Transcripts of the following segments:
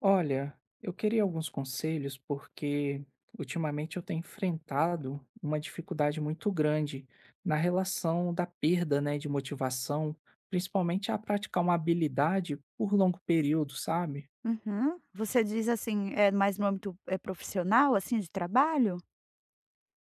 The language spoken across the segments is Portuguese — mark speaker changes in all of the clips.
Speaker 1: Olha, eu queria alguns conselhos porque ultimamente eu tenho enfrentado uma dificuldade muito grande na relação da perda, né, de motivação, principalmente a praticar uma habilidade por longo período, sabe?
Speaker 2: Uhum. Você diz assim, é mais no âmbito, é profissional, assim, de trabalho?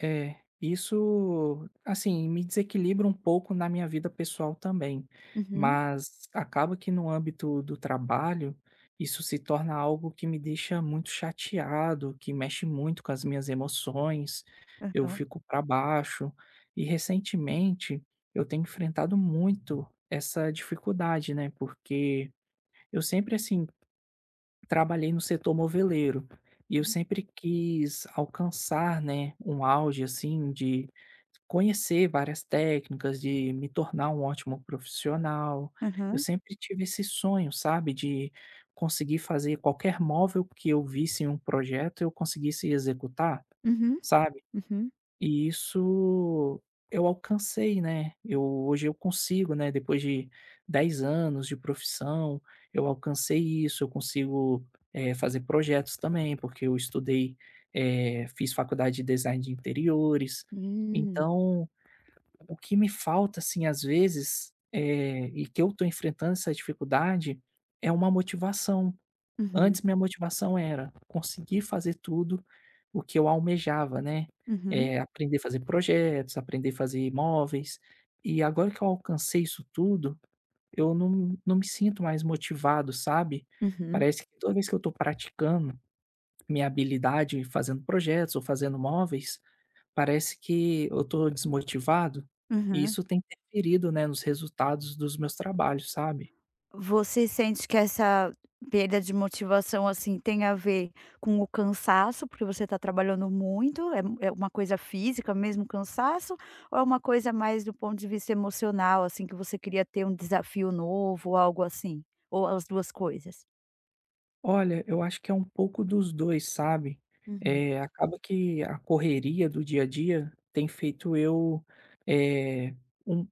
Speaker 1: É, isso, assim, me desequilibra um pouco na minha vida pessoal também,
Speaker 2: Uhum.
Speaker 1: mas acaba que no âmbito do trabalho, isso se torna algo que me deixa muito chateado, que mexe muito com as minhas emoções, eu
Speaker 2: Aham.
Speaker 1: fico para baixo. E recentemente eu tenho enfrentado muito essa dificuldade, né? Porque eu sempre, assim, trabalhei no setor moveleiro, e eu
Speaker 2: Uhum.
Speaker 1: sempre quis alcançar, né, um auge, assim, de conhecer várias técnicas, de me tornar um ótimo profissional. Eu sempre tive esse sonho, sabe, de conseguir fazer qualquer móvel que eu visse em um projeto, eu conseguisse executar,
Speaker 2: Uhum,
Speaker 1: sabe?
Speaker 2: uhum.
Speaker 1: E isso eu alcancei, né, eu hoje eu consigo, né, depois de 10 anos de profissão, eu alcancei isso, eu consigo, fazer projetos também, porque eu estudei, fiz faculdade de design de interiores.
Speaker 2: Hum.
Speaker 1: Então, o que me falta, assim, às vezes, e que eu estou enfrentando essa dificuldade, é uma motivação.
Speaker 2: Uhum,
Speaker 1: Antes minha motivação era conseguir fazer tudo o que eu almejava, né,
Speaker 2: uhum,
Speaker 1: aprender a fazer projetos, aprender a fazer imóveis, e agora que eu alcancei isso tudo, eu não me sinto mais motivado, sabe.
Speaker 2: uhum.
Speaker 1: Parece que toda vez que eu estou praticando minha habilidade fazendo projetos ou fazendo móveis, parece que eu estou desmotivado, e
Speaker 2: Uhum.
Speaker 1: isso tem interferido, né, nos resultados dos meus trabalhos, sabe.
Speaker 2: Você sente que essa perda de motivação, assim, tem a ver com o cansaço, porque você está trabalhando muito, é uma coisa física mesmo, cansaço, ou é uma coisa mais do ponto de vista emocional, assim, que você queria ter um desafio novo, algo assim? Ou as 2 coisas?
Speaker 1: Olha, eu acho que é um pouco dos 2, sabe.
Speaker 2: Uhum.
Speaker 1: Acaba que a correria do dia a dia tem feito eu, eh, um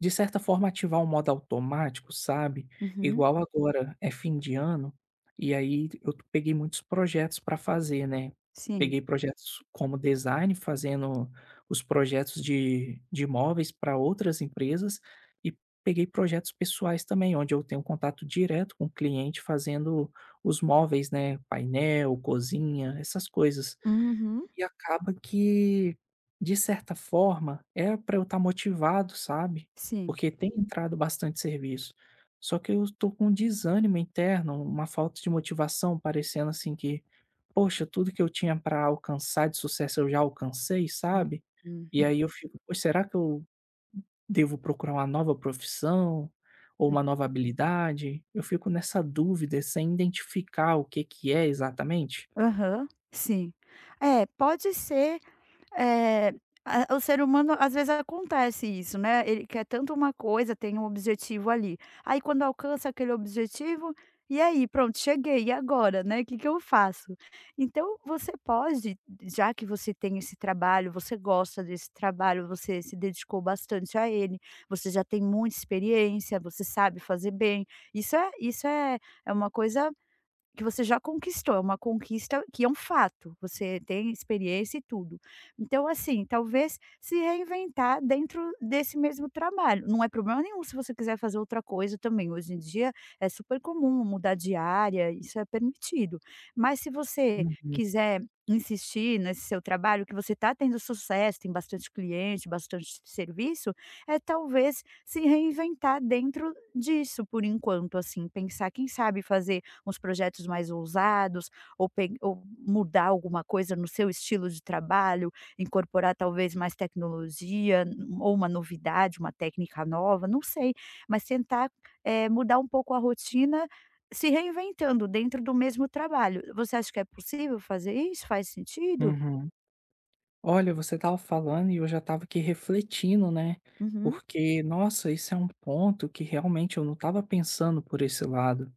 Speaker 1: de certa forma, ativar um modo automático, sabe.
Speaker 2: Uhum.
Speaker 1: Igual agora é fim de ano, e aí eu t peguei muitos projetos para fazer, né.
Speaker 2: Sim.
Speaker 1: Peguei projetos como design, fazendo os projetos de imóveis para outras empresas, e peguei projetos pessoais também, onde eu tenho contato direto com o cliente fazendo os móveis, né, painel, cozinha, essas coisas.
Speaker 2: Uhum.
Speaker 1: E acaba que, de certa forma, era para eu estar motivado, sabe,
Speaker 2: Sim.
Speaker 1: porque tem entrado bastante serviço. Só que eu tô com um desânimo interno, uma falta de motivação, parecendo assim que: "Poxa, tudo que eu tinha para alcançar de sucesso eu já alcancei",
Speaker 2: Hum,
Speaker 1: sabe. E
Speaker 2: hum,
Speaker 1: aí eu fico: "Poxa, será que eu devo procurar uma nova profissão ou
Speaker 2: hum.
Speaker 1: uma nova habilidade? Eu fico nessa dúvida sem identificar o que que é exatamente."
Speaker 2: Aham, sim. É, pode ser. É, a o ser humano às vezes acontece isso, né, ele quer tanto uma coisa, tem um objetivo ali, aí quando alcança aquele objetivo, e aí pronto cheguei, e agora, né, o que que eu faço? Então você pode, já que você tem esse trabalho, você gosta desse trabalho, você se dedicou bastante a ele, você já tem muita experiência, você sabe fazer bem, isso é uma coisa que você já conquistou, é uma conquista que é um fato, você tem experiência e tudo. Então, assim, talvez se reinventar dentro desse mesmo trabalho, não é problema nenhum se você quiser fazer outra coisa também. Hoje em dia é super comum mudar de área, isso é permitido. Mas se você
Speaker 1: Uhum,
Speaker 2: quiser insistir nesse seu trabalho, que você está tendo sucesso, tem bastante cliente, bastante serviço, é talvez se reinventar dentro disso por enquanto, assim, pensar, quem sabe fazer uns projetos mais ousados, ou pe ou mudar alguma coisa no seu estilo de trabalho, incorporar talvez mais tecnologia, ou uma novidade, uma técnica nova, não sei, mas tentar, mudar um pouco a rotina, se reinventando dentro do mesmo trabalho. Você acha que é possível fazer isso? Faz sentido?
Speaker 1: uhum. Olha, você estava falando e eu já estava aqui refletindo, né?
Speaker 2: Uhum,
Speaker 1: Porque, nossa, isso é um ponto que realmente eu não estava pensando por esse lado.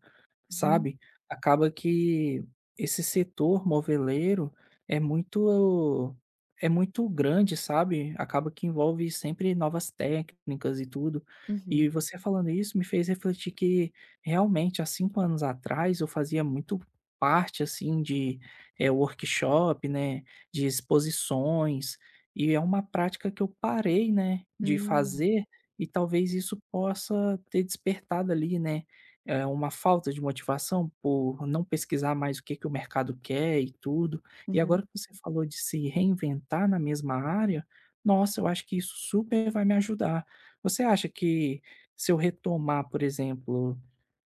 Speaker 2: uhum,
Speaker 1: Sabe, acaba que esse setor moveleiro é muito é muito grande, sabe, acaba que envolve sempre novas técnicas e tudo.
Speaker 2: uhum.
Speaker 1: E você falando isso me fez refletir que realmente há 5 anos atrás eu fazia muito parte, assim, de, workshop, né, de exposições, e é uma prática que eu parei, né, de
Speaker 2: Hum.
Speaker 1: fazer, e talvez isso possa ter despertado ali, né, é uma falta de motivação por não pesquisar mais o que que o mercado quer e tudo. E
Speaker 2: Uhum,
Speaker 1: agora que você falou de se reinventar na mesma área, nossa, eu acho que isso super vai me ajudar. Você acha que se eu retomar, por exemplo,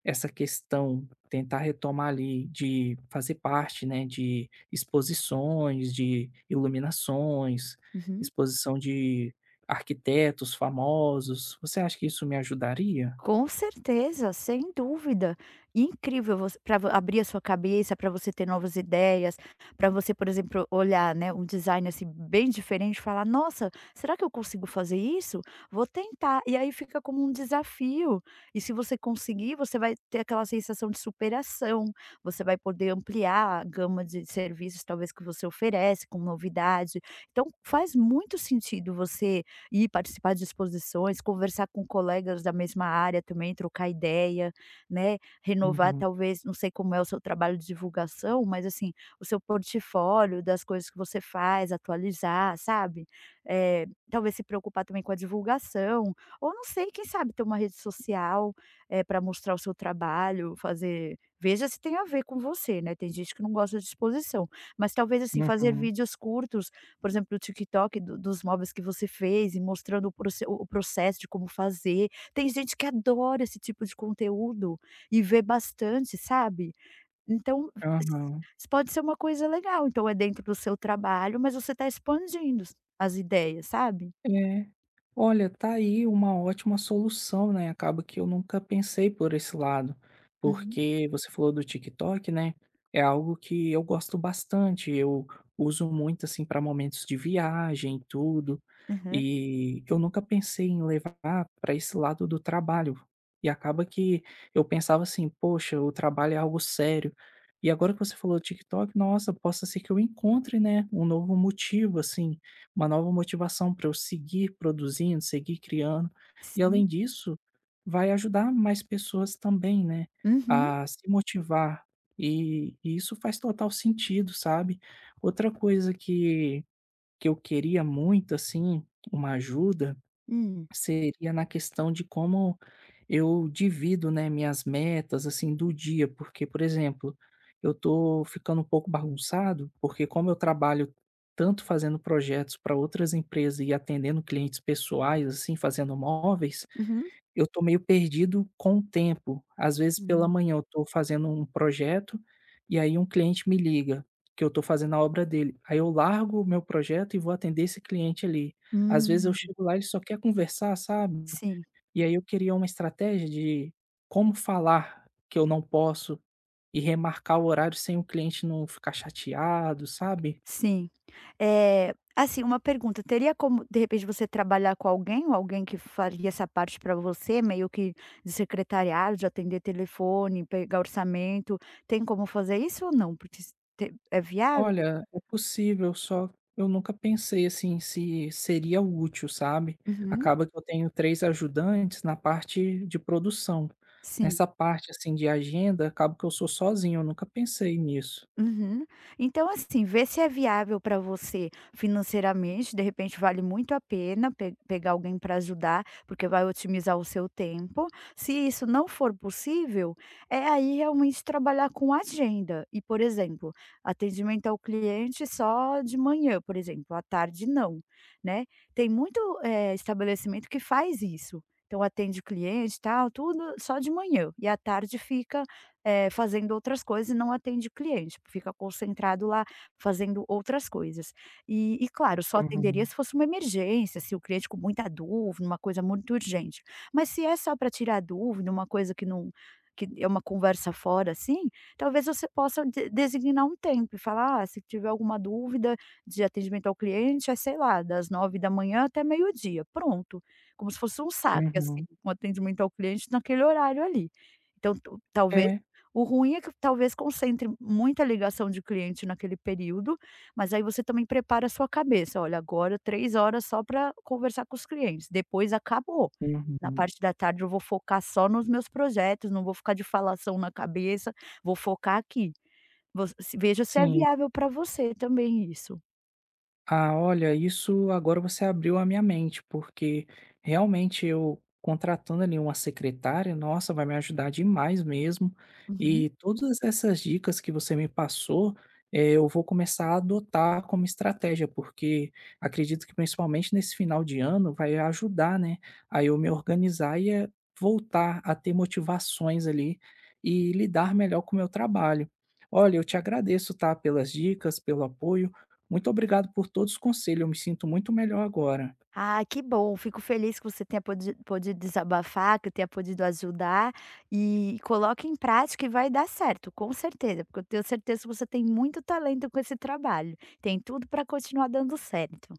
Speaker 1: essa questão, tentar retomar ali de fazer parte, né, de exposições, de iluminações,
Speaker 2: uhum.
Speaker 1: exposição de arquitetos famosos, você acha que isso me ajudaria?
Speaker 2: Com certeza, sem dúvida. E incrível para abrir a sua cabeça, para você ter novas ideias, para você, por exemplo, olhar, né, um design assim bem diferente e falar: "Nossa, será que eu consigo fazer isso? Vou tentar". E aí fica como um desafio. E se você conseguir, você vai ter aquela sensação de superação, você vai poder ampliar a gama de serviços talvez que você oferece com novidade. Então faz muito sentido você ir participar de exposições, conversar com colegas da mesma área também, trocar ideia, né, renovar
Speaker 1: Uhum,
Speaker 2: talvez, não sei como é o seu trabalho de divulgação, mas assim, o seu portfólio das coisas que você faz, atualizar, sabe. Talvez se preocupar também com a divulgação, ou não sei, quem sabe ter uma rede social, para mostrar o seu trabalho, fazer, veja se tem a ver com você, né, tem gente que não gosta de exposição, mas talvez assim, fazer
Speaker 1: uhum.
Speaker 2: vídeos curtos, por exemplo, do TikTok, do dos móveis que você fez e mostrando o processo de como fazer. Tem gente que adora esse tipo de conteúdo e vê bastante, sabe. Então,
Speaker 1: Aham.
Speaker 2: isso pode ser uma coisa legal. Então é dentro do seu trabalho, mas você está expandindo as ideias, sabe.
Speaker 1: É. Olha, tá aí uma ótima solução, né, acaba que eu nunca pensei por esse lado,
Speaker 2: Uhum.
Speaker 1: porque você falou do TikTok, né, é algo que eu gosto bastante, eu uso muito, assim, para momentos de viagem e tudo,
Speaker 2: Aham.
Speaker 1: e eu nunca pensei em levar para esse lado do trabalho. E acaba que eu pensava assim: "Poxa, o trabalho é algo sério". E agora que você falou do TikTok, nossa, possa ser que eu encontre, né, um novo motivo, assim. Uma nova motivação para eu seguir produzindo, seguir criando. E
Speaker 2: Sim.
Speaker 1: além disso, vai ajudar mais pessoas também, né,
Speaker 2: Uhum.
Speaker 1: a se motivar. E isso faz total sentido, sabe. Outra coisa que eu queria muito, assim, uma ajuda.
Speaker 2: Hum.
Speaker 1: Seria na questão de como eu divido, né, minhas metas, assim, do dia, porque, por exemplo, eu tô ficando um pouco bagunçado, porque como eu trabalho tanto fazendo projetos para outras empresas e atendendo clientes pessoais, assim, fazendo móveis,
Speaker 2: Uhum.
Speaker 1: eu tô meio perdido com o tempo. Às vezes pela
Speaker 2: Hum.
Speaker 1: manhã eu tô fazendo um projeto, e aí um cliente me liga, que eu tô fazendo a obra dele. Aí eu largo o meu projeto e vou atender esse cliente ali. Às vezes eu
Speaker 2: Hum.
Speaker 1: chego lá, e ele só quer conversar, sabe.
Speaker 2: Sim.
Speaker 1: E aí eu queria uma estratégia de como falar que eu não posso e remarcar o horário sem o cliente não ficar chateado, sabe.
Speaker 2: Sim. Assim, uma pergunta, teria como, de repente, você trabalhar com alguém ou alguém que faria essa parte para você, meio que de secretariado, de atender telefone, pegar orçamento, tem como fazer isso ou não? Porque s te é viável?
Speaker 1: Olha, é possível, só eu nunca pensei assim se seria útil, sabe.
Speaker 2: Uhum,
Speaker 1: Acaba que eu tenho 3 ajudantes na parte de produção.
Speaker 2: sim.
Speaker 1: Nessa parte, assim, de agenda, acaba que eu sou sozinho, eu nunca pensei nisso.
Speaker 2: Uhum. Então, assim, vê se é viável para você financeiramente. De repente, vale muito a pena pegar alguém para ajudar, porque vai otimizar o seu tempo. Se isso não for possível, é aí realmente trabalhar com agenda. E, por exemplo, atendimento ao cliente só de manhã, por exemplo, à tarde não, né? Tem muito estabelecimento que faz isso. Então, atende o cliente, tal, tudo só de manhã. E à tarde fica fazendo outras coisas e não atende o cliente, fica concentrado lá fazendo outras coisas. E claro, só atenderia
Speaker 1: Uhum,
Speaker 2: se fosse uma emergência, se o cliente com muita dúvida, uma coisa muito urgente. Mas se é só para tirar dúvida, uma coisa que não, que é uma conversa fora, assim, talvez você possa de designar um tempo e falar: "Ah, se tiver alguma dúvida de atendimento ao cliente, é, sei lá, das 9 da manhã até meio-dia", pronto. Como se fosse um saque, assim,
Speaker 1: uhum,
Speaker 2: um atendimento ao cliente naquele horário ali. Então, tu talvez,
Speaker 1: é.
Speaker 2: o ruim é que talvez concentre muita ligação de cliente naquele período, mas aí você também prepara a sua cabeça: "Olha, agora 3 horas só para conversar com os clientes, depois acabou. Na
Speaker 1: Uhum.
Speaker 2: parte da tarde eu vou focar só nos meus projetos, não vou ficar de falação na cabeça, vou focar aqui". Voc se Veja se é
Speaker 1: Sim.
Speaker 2: viável para você também isso.
Speaker 1: Ah, olha, isso agora você abriu a minha mente, porque realmente eu contratando ali uma secretária, nossa, vai me ajudar demais mesmo.
Speaker 2: Uhum.
Speaker 1: E todas essas dicas que você me passou, eu vou começar a adotar como estratégia, porque acredito que principalmente nesse final de ano vai ajudar, né, a eu me organizar e voltar a ter motivações ali e lidar melhor com o meu trabalho. Olha, eu te agradeço, tá, pelas dicas, pelo apoio. Muito obrigado por todos os conselhos, eu me sinto muito melhor agora.
Speaker 2: Ah, que bom. Fico feliz que você tenha podido desabafar, que eu tenha podido ajudar. E coloque em prática e vai dar certo, com certeza, porque eu tenho certeza que você tem muito talento com esse trabalho. Tem tudo para continuar dando certo.